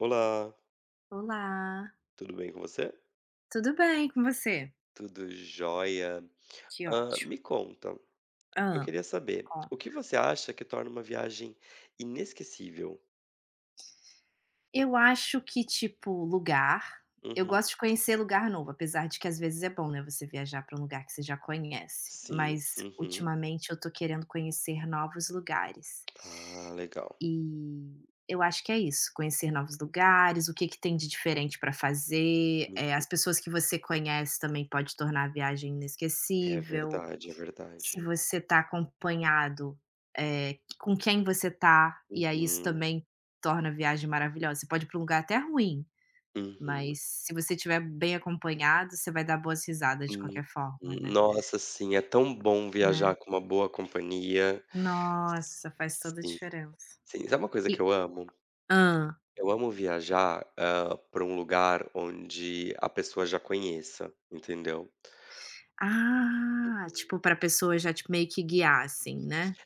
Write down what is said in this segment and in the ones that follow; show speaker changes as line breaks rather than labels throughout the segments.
Olá,
Olá,
tudo bem com você?
tudo bem com você?
Tudo jóia.
Que ótimo.
Me conta, eu
Hã.
queria saber,
Con
o que você acha que torna uma viagem inesquecível?
Eu acho que, tipo, lugar, eu
Uhum.
gosto de conhecer lugar novo, apesar de que às vezes é bom, né, você viajar para um lugar que você já conhece,
Sim,
mas
uhum.
ultimamente eu tô querendo conhecer novos lugares.
Ah, legal.
E eu acho que é isso, conhecer novos lugares, o que que tem de diferente para fazer,
Hum.
as pessoas que você conhece também pode tornar a viagem
É
inesquecível.
verdade, é
Se
verdade.
você está acompanhado, com quem você tá, e aí isso
Uhum,
também torna a viagem maravilhosa. Você pode ir pra um lugar até ruim,
uhum,
mas se você estiver bem acompanhado, você vai dar boas risadas de
uhum.
qualquer forma, né.
Nossa, sim, é tão bom
Né.
viajar com uma boa companhia.
Nossa, faz toda a
Sim,
diferença.
sim. Sabe uma coisa que
E
eu amo?
hã.
Eu amo viajar, para um lugar onde a pessoa já conheça, entendeu?
Ah, tipo, para pessoa já te meio que guiar, assim, né.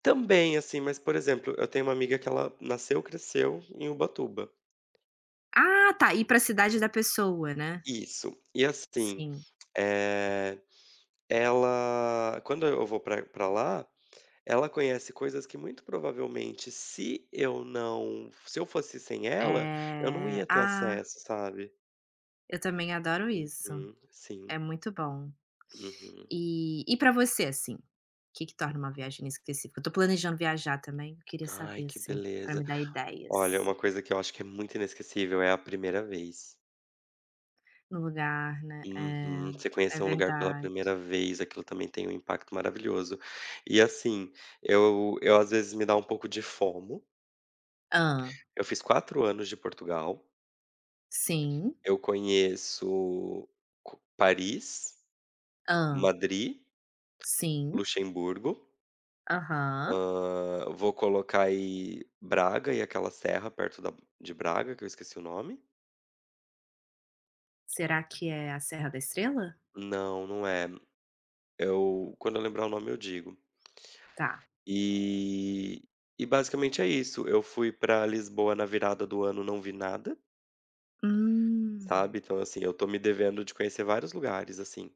Também, assim, mas, por exemplo, eu tenho uma amiga que ela nasceu, cresceu em Ubatuba.
Ah, tá, ir pra cidade da pessoa, né.
Isso. E assim,
Sim.
eh, ela quando eu vou pra lá, ela conhece coisas que muito provavelmente se eu fosse sem ela, eu não
Eh,
ia ter
ah,
acesso, sabe.
eu também adoro isso.
Uhum, sim.
É muito bom.
Uhum.
E para você, assim, o que que torna uma viagem inesquecível? Eu tô planejando viajar também, eu queria
Ai,
saber,
que
assim, para
beleza.
me dar
Olha,
ideias
uma coisa que eu acho que é muito inesquecível é a primeira vez.
no lugar, né. É,
Uhum. Você
é
conhecer um lugar pela
verdade.
primeira vez, aquilo também tem um impacto maravilhoso. E assim, eu às vezes me dá um pouco de FOMO.
Ah
Eu fiz 4 anos de Portugal,
Sim.
eu conheço co Paris,
ah
Madrid,
Sim.
Luxemburgo,
Aham.
vou colocar aí Braga e aquela serra perto da de Braga, que eu esqueci o nome.
Será que é a Serra da Estrela?
Não, não é. Eu Quando eu lembrar o nome eu digo.
Tá.
E e basicamente é isso. Eu fui pra Lisboa na virada do ano, não vi nada,
Hum.
sabe. Então, assim, eu tô me devendo de conhecer vários lugares, assim.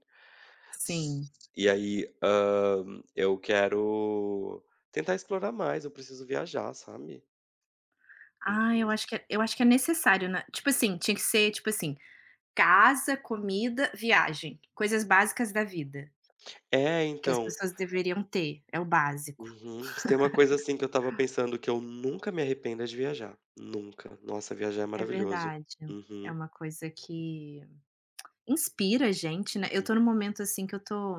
S
Sim.
E aí, eu quero tentar explorar mais, eu preciso viajar, sabe.
Ah, eu
Uhum.
acho que é eu acho que é necessário, né. Tipo assim, tinha que ser, tipo assim, casa, comida, viagem, coisas básicas da vida.
É,
Que as
então.
pessoas deveriam ter, é o básico.
Uhum. Se tem uma coisa, assim, que eu estava pensando que eu nunca me arrependo é de viajar, nunca. Nossa, viajar é
É
maravilhoso.
verdade, é
Uhum.
uma coisa que inspira a gente, né. Eu
Hum.
tô num momento, assim, que eu tô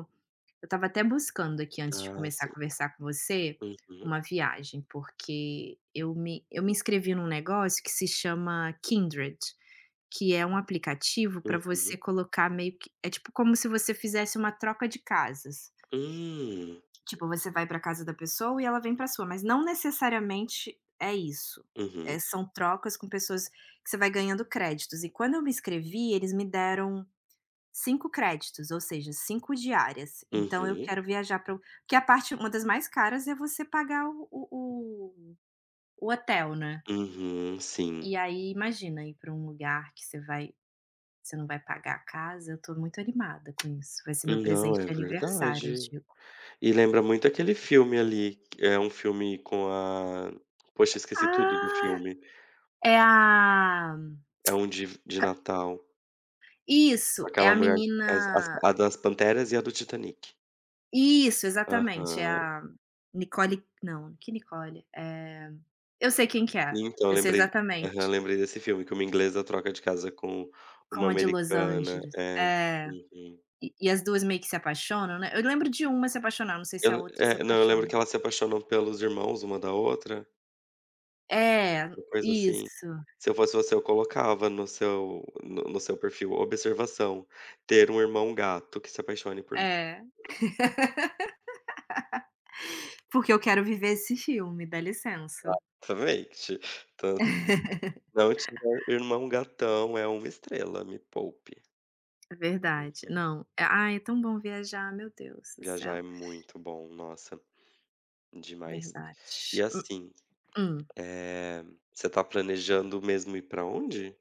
eu estava até buscando aqui antes de
Ah,
começar a
sim.
conversar com você,
Uhum,
uma viagem, porque eu me inscrevi num negócio que se chama Kindred, que é um aplicativo para
uhum.
você colocar meio que é tipo como se você fizesse uma troca de casas.
Hum.
Tipo, você vai para casa da pessoa e ela vem para sua, mas não necessariamente é isso.
Uhum,
São trocas com pessoas que você vai ganhando créditos. E quando eu me inscrevi, eles me deram 5 créditos, ou seja, 5 diárias. Então eu
uhum.
quero viajar para o porque a parte uma das mais caras é você pagar o o hotel, né.
Uhum, sim.
E aí imagina ir para um lugar que você vai você não vai pagar a casa, eu tô muito animada com isso. Vai ser meu
Não,
presente
é
de aniversário, eu
verdade.
digo.
E lembra muito aquele filme ali, que é um filme com a poxa, esqueci tudo do
Ah,
filme.
é a
É um de Natal,
Isso, é
aquela
a
mulher as as
menina
a das Panteras e a do Titanic.
isso, exatamente, é
Aham.
a Nicole não, que Nicole? Eu sei quem que é,
Então, eu
eu sei
lembrei, aham,
exatamente,
lembrei desse filme, que uma inglesa troca de casa com uma
como a de Los
americana.
Angeles.
É.
É,
Uhum.
e as 2 meio que se apaixonam, né. Eu lembro de uma se apaixonar, não sei se
Eu
a outra se
É, não, eu lembro
apaixona.
que elas se apaixonam pelos irmãos uma da outra.
É,
Uma coisa assim.
isso,
Se eu fosse você, eu colocava no seu no no seu perfil, observação: ter um irmão gato que se apaixone por mim.
é. Porque eu quero viver esse filme, dá licença.
Exatamente. Então, se não tiver irmão gatão, é uma estrela, me poupe.
É verdade,
Uhum.
não, ai, é tão bom viajar, meu Deus do
Viajar é
céu,
muito bom, nossa, demais.
verdade.
E assim,
Hum.
eh, você tá planejando mesmo ir pra onde?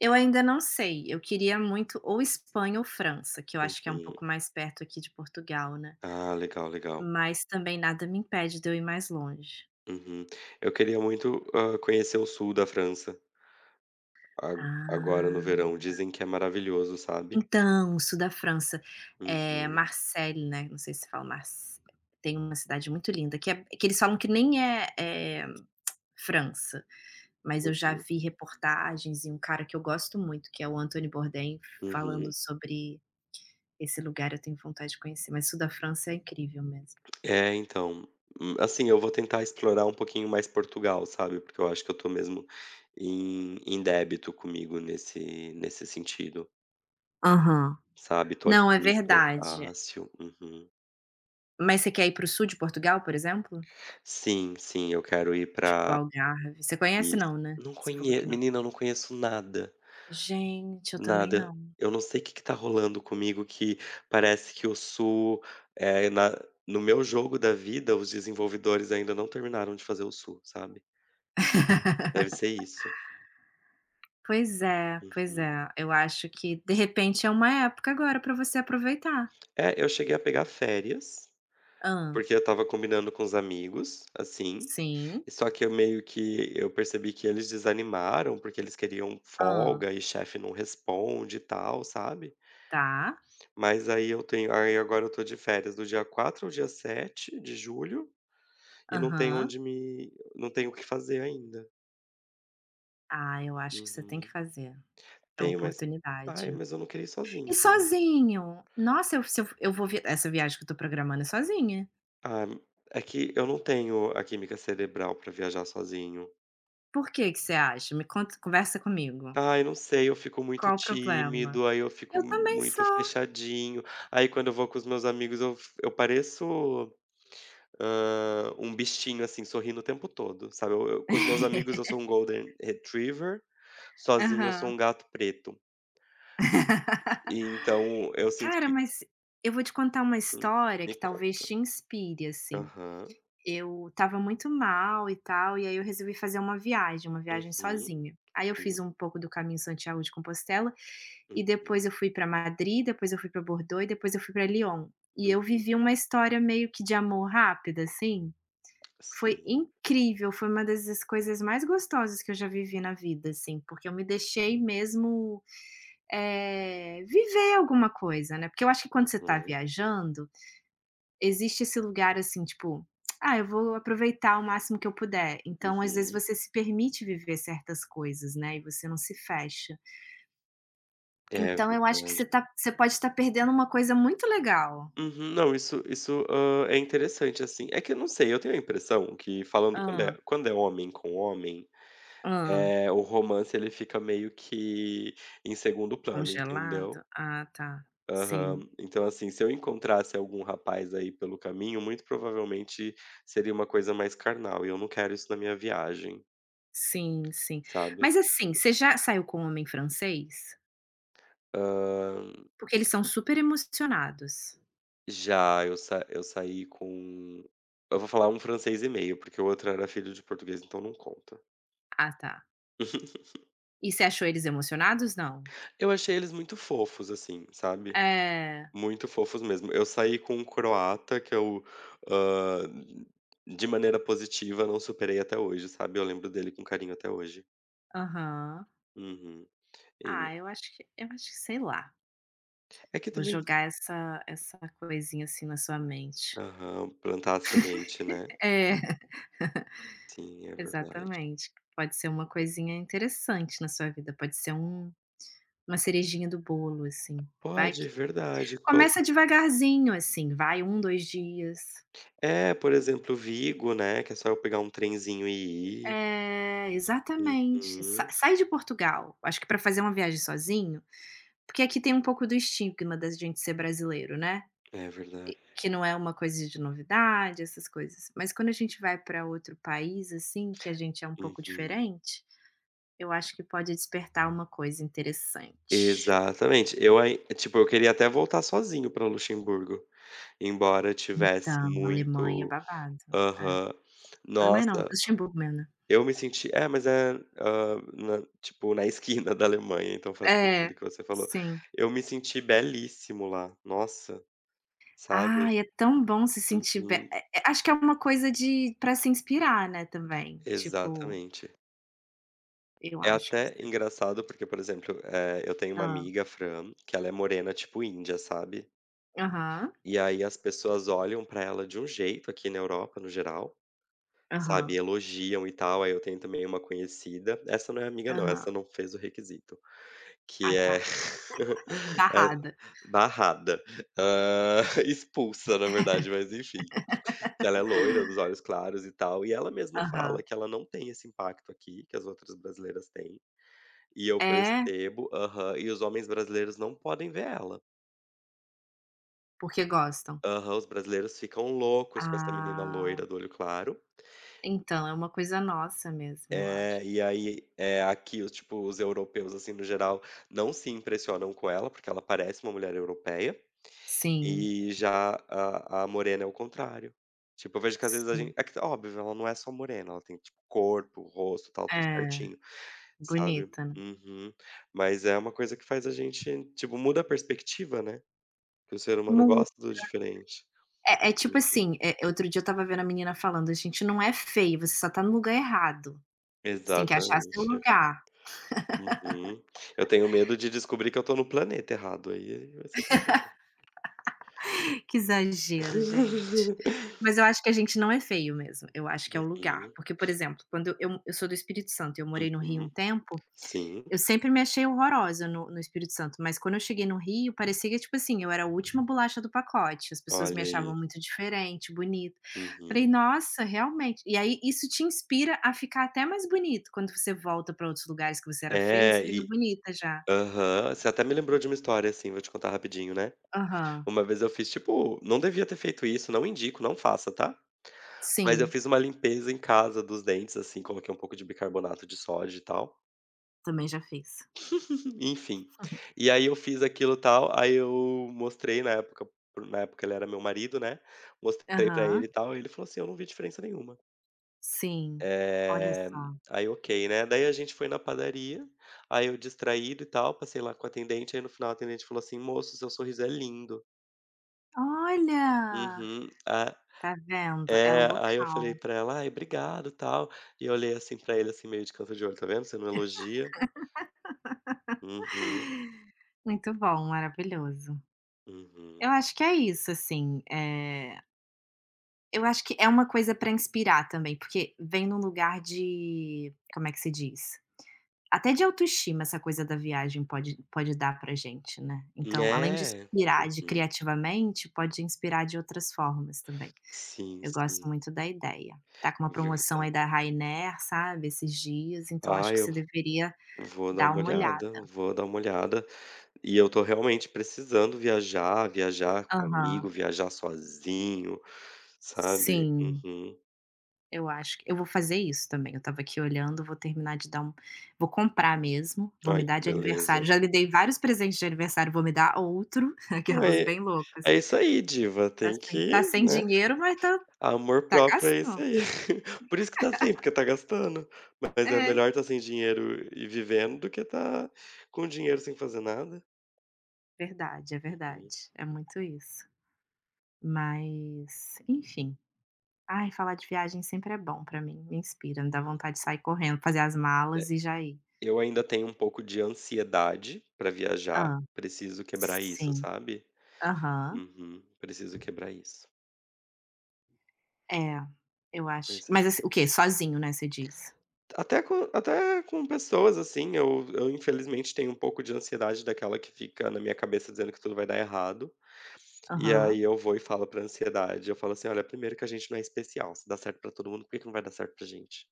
Eu ainda não sei, eu queria muito ou Espanha ou França, que eu acho que é um
Uhum.
pouco mais perto aqui de Portugal, né,
Ah, legal, legal.
mas também nada me impede de eu ir mais longe.
Uhum. Eu queria muito, conhecer o sul da França. A Agora no
Ah,
verão dizem que é maravilhoso, sabe.
então, sul da França,
Uhum,
Marseille, né, não sei se fala Marse tem uma cidade muito linda que é que eles falam que nem é, França, mas eu já
uhum,
vi reportagens e um cara que eu gosto muito, que é o Anthony Bourdain, falando
uhum.
sobre esse lugar, eu tenho vontade de conhecer, mas sul da França é incrível mesmo.
É, então, assim, eu vou tentar explorar um pouquinho mais Portugal, sabe, porque eu acho que eu tô mesmo em débito comigo nesse sentido,
Aham.
sabe. Tô
Não, é
aqui, tudo é
verdade.
fácil. Uhum.
Mas você quer ir para o sul de Portugal, por exemplo?
Sim, sim, eu quero ir
Tipo
pra
Algarve. Você conhece
isso.
não, né?
Não
Você falou
conhe
que não.
menina, eu não conheço nada.
Gente, eu também
Nada.
não.
Eu não sei o que que tá rolando comigo que parece que o sul, eh, na no meu jogo da vida, os desenvolvedores ainda não terminaram de fazer o sul, sabe. Deve ser isso.
Pois é, pois
Uhum.
é. Eu acho que de repente é uma época agora pra você aproveitar.
É, eu cheguei a pegar férias,
Hã.
porque eu estava combinando com os amigos, assim,
Sim.
só que eu meio que eu percebi que eles desanimaram, porque eles queriam
Hã.
folga e chefe não responde e tal, sabe.
Tá.
Mas aí eu tenho aí agora eu tô de férias do dia 4 ao dia 7 de julho. E
Aham.
não tenho o que fazer ainda.
Ah, eu acho que você tem que
Uhum.
fazer. É uma
Tenho,
oportunidade.
mas eu não queria ir
E
sozinho também.
sozinho? Nossa, eu se eu eu vou vi essa viagem que eu tô programando é sozinha.
Ah, é que eu não tenho a química cerebral pra viajar sozinho.
Por que que você acha? Me conta, conversa comigo.
Ai, não sei, eu fico muito
Qual o problema?
tímido, aí eu fico
Eu também
muito
sou.
fechadinho. Aí quando eu vou com os meus amigos eu pareço, um bichinho, assim, sorrindo o tempo todo, sabe. Eu com os meus amigos eu sou um golden retriever, sozinho eu sou um
Aham.
gato preto. E então eu sinto
Cara,
que.
mas eu vou te contar uma
Hum,
história
me
que talvez
conta.
te inspire, assim.
Aham.
Eu estava muito mal e tal, e aí eu resolvi fazer uma viagem
Uhum.
sozinha. Aí eu
Sim.
fiz um pouco do caminho Santiago de Compostela, e
Uhum.
depois eu fui pra Madrid, depois eu fui pra Bordeaux e depois eu fui pra Lyon. E eu
Uhum.
vivi uma história meio que de amor rápida, assim. Foi
Sim.
incrível, foi uma das coisas mais gostosas que eu já vivi na vida, assim, porque eu me deixei mesmo viver alguma coisa, né, porque eu acho que quando você tá
Uhum.
viajando, existe esse lugar, assim, tipo: "Ah, eu vou aproveitar o máximo que eu puder". Então, às vezes,
Uhum.
você se permite viver certas coisas, né, e você não se fecha.
É
Então eu acho que você
verdade.
tá você pode estar perdendo uma coisa muito legal.
Uhum. Não, isso, é interessante, assim. É que eu não sei, eu tenho a impressão que falando quando é
Ah,
quando é homem com homem,
ah,
o romance ele fica meio que em segundo plano, entendeu?
Congelado? Ah, tá. Sim,
Aham. Então, assim, se eu encontrasse algum rapaz aí pelo caminho, muito provavelmente seria uma coisa mais carnal, e eu não quero isso na minha viagem,
sim, sim.
sabe?
Mas, assim, você já saiu com um homem francês? Porque eles são super emocionados.
Já, eu sa eu saí com eu vou falar um francês e meio, porque o outro era filho de português, então não conta.
Ah, tá. E você achou eles emocionados? Não?
Eu achei eles muito fofos, assim, sabe,
É.
muito fofos mesmo. Eu saí com um croata que eu, hã, de maneira positiva, não superei até hoje, sabe, eu lembro dele com carinho até hoje.
Aham.
Uhum. E
Ah, eu acho que sei lá,
É que
vou
também,
jogar essa coisinha, assim, na sua mente.
aham, plantar a semente, né.
É,
Sim, é verdade.
exatamente. Pode ser uma coisinha interessante na sua vida, pode ser uma cerejinha do bolo, assim. Vai
Pode, é
que
verdade. Quan
começa devagarzinho, assim, vai um, 2 dias.
É, por exemplo, Vigo, né, que é só eu pegar um trenzinho e ir.
É, exatamente. Sa
Uhum.
sai de Portugal, acho que para fazer uma viagem sozinho, porque aqui tem um pouco do estigma da gente ser brasileiro, né.
É verdade.
Que não é uma coisa de novidade, essas coisas. Mas quando a gente vai para outro país, assim, que a gente é um pouco
Uhum.
diferente, eu acho que pode despertar uma coisa interessante.
Exatamente. Eu Ai, tipo, eu queria até voltar sozinho para Luxemburgo, embora tivesse
Então, Alemanha é
muito
babado. É.
aham.
Alemanha não,
Nossa,
Luxemburgo mesmo, né.
eu me senti é, mas é, na esquina da Alemanha, então faz
É,
sentido o que você falou.
sim.
Eu me senti belíssimo lá, nossa, sabe?
Ai, é tão bom se sentir bem
Uhum.
acho que é uma coisa de para se inspirar, né, também. Tipo,
Exatamente.
eu
É
acho que
até
você
engraçado porque, por exemplo, eu tenho uma
ah
amiga, Fran, que ela é morena tipo índia, sabe?
Aham.
E aí as pessoas olham pra ela de um jeito, aqui na Europa no geral, sabe,
Aham.
elogiam e tal. Aí eu tenho também uma conhecida, essa não é amiga não,
Aham.
essa não fez o requisito,
Ah,
que é
tá.
ela
Barrada.
barrada, expulsa na verdade, mas enfim, que ela é loira, dos olhos claros e tal, e ela mesma fala
Aham.
que ela não tem esse impacto aqui, que as outras brasileiras têm, e eu
É.
percebo, aham, e os homens brasileiros não podem ver ela.
Porque gostam?
Aham, os brasileiros ficam loucos com essa menina
Ah,
loira do olho claro.
então é uma coisa nossa mesmo, eu acho.
É, e aí, é aqui os tipo, os europeus, assim, no geral, não se impressionam com ela, porque ela parece uma mulher europeia,
Sim,
e já a morena é o contrário. Tipo, eu vejo que às vezes a
sim.
gente é que óbvio, ela não é só morena, ela tem, tipo, corpo, rosto, tal, tudo
É,
certinho, sabe.
bonita, né.
Uhum. Mas é uma coisa que faz a gente tipo, muda a perspectiva, né, que o ser humano
Mu
gosta do diferente.
é é tipo
Hum.
assim, outro dia eu tava vendo a menina falando: "A gente não é feio, você só tá no lugar errado, você tem que achar seu
Exatamente.
lugar".
Uhum. Eu tenho medo de descobrir que eu tô no planeta errado, aí vai ser
Que exagero, gente. Mas eu acho que a gente não é feio mesmo, eu acho que é o lugar.
Uhum,
Porque, por exemplo, quando eu sou do Espírito Santo, eu morei no Rio um
uhum.
tempo.
Sim,
Eu sempre me achei horrorosa no Espírito Santo, mas quando eu cheguei no Rio, parecia que, tipo assim, eu era a última bolacha do pacote, as pessoas me
olha
achavam
aí.
muito diferente, bonita.
Uhum.
Falei: "Nossa, realmente". E aí isso te inspira a ficar até mais bonito, quando você volta para outros lugares que você era feia, você
É,
fica
e
bonita já.
aham. Você até me lembrou de uma história, assim, vou te contar rapidinho, né.
Aham.
Uma vez eu fiz, tipo não devia ter feito isso, não indico, não faça, tá. Mas eu
Sim,
fiz uma limpeza em casa dos dentes, assim, coloquei um pouco de bicarbonato de sódio e tal,
também já fiz.
enfim. E aí eu fiz aquilo tal, aí eu mostrei na época, na época ele era meu marido, né, mostrei pra ele e
Aham.
tal, e ele falou assim: "Eu não vi diferença nenhuma".
Sim. Olha
Eh,
só.
Aí ok, né, daí a gente foi na padaria, aí eu distraído e tal, passei lá com a atendente, aí no final a atendente falou assim: "Moço, seu sorriso é lindo".
Olha!
Uhum. Ah,
Tá vendo? É o
é, aí eu falei
local.
pra ela: "Ai, obrigado, tal". E eu olhei assim pra ele, assim, meio de canto de olho: "Tá vendo, você não elogia". Uhum,
Muito bom, maravilhoso.
uhum.
Eu acho que é isso, assim, eu acho que é uma coisa pra inspirar também, porque vem num lugar de como é que se diz? Até de autoestima essa coisa da viagem pode dar pra gente, né. Então, além de
É.
inspirar de
Uhum.
criativamente, pode inspirar de outras formas também.
Sim,
Eu gosto
sim,
muito da ideia. Tá com uma promoção aí
verdade.
da Ryanair, sabe, esses dias, então acho
Ah,
que
eu
você deveria
vou dar
dar
uma
uma
olhada,
olhada.
vou dar uma olhada. E eu tô realmente precisando viajar, viajar com amigo,
Aham.
viajar sozinho, sabe.
Sim.
Uhum.
Eu acho que eu vou fazer isso também, eu estava aqui olhando, vou terminar de dar um vou comprar mesmo, vou me
Ai,
dar
que
de
beleza.
aniversário, já me dei vários presentes de aniversário, vou me dar outro, aquelas
É
bem loucas.
é isso aí, diva,
Tá
tem
sem
que,
tá sem
né,
dinheiro, mas tá
amor
tá
próprio é isso
gastando.
aí. Por isso que tá assim, porque tá gastando. Mas é
É,
melhor tá sem dinheiro e vivendo do que tá com dinheiro sem fazer nada.
verdade, é
Uhum.
verdade, é muito isso. Mas, enfim. Ai, falar de viagem sempre é bom pra mim, me inspira, me dá vontade de sair correndo, fazer as
É,
malas e já ir.
eu ainda tenho um pouco de ansiedade pra viajar,
Ah,
preciso quebrar isso,
sim,
sabe.
aham.
Uhum. Preciso quebrar isso.
É, eu acho,
Pois é.
mas assim, o quê? Sozinho, né, você diz?
Até com pessoas, assim, eu infelizmente tenho um pouco de ansiedade daquela que fica na minha cabeça dizendo que tudo vai dar errado, e
Aham.
aí eu vou e falo pra ansiedade, eu falo assim: "Olha, primeiro que a gente não é especial, se dá certo pra todo mundo, por que que não vai dar certo pra gente?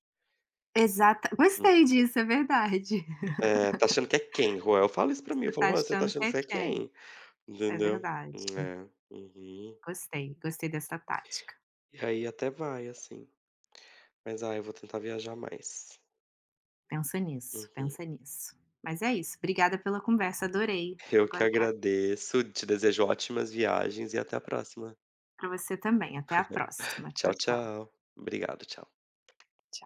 Exata
Hum,
gostei disso, é verdade.
tá achando que é quem, Juan?" Eu falo isso pra mim,
Você
eu falo:
tá
"Juan, você tá
achando
achando
que
que
é
você é
quem.
quem?"
É
Entendeu?
verdade.
É. Uhum.
Gostei, gostei dessa tática.
E aí até vai, assim, mas, ah, eu vou tentar viajar mais.
Pensa nisso,
Uhum.
pensa nisso. Mas é isso, obrigada pela conversa, adorei.
Eu que
Agora eu quero
agradeço, te desejo ótimas viagens e até a próxima.
para você também. Até a próxima. Tchau,
Tchau,
tchau.
tchau. Obrigado, tchau.
Tchau.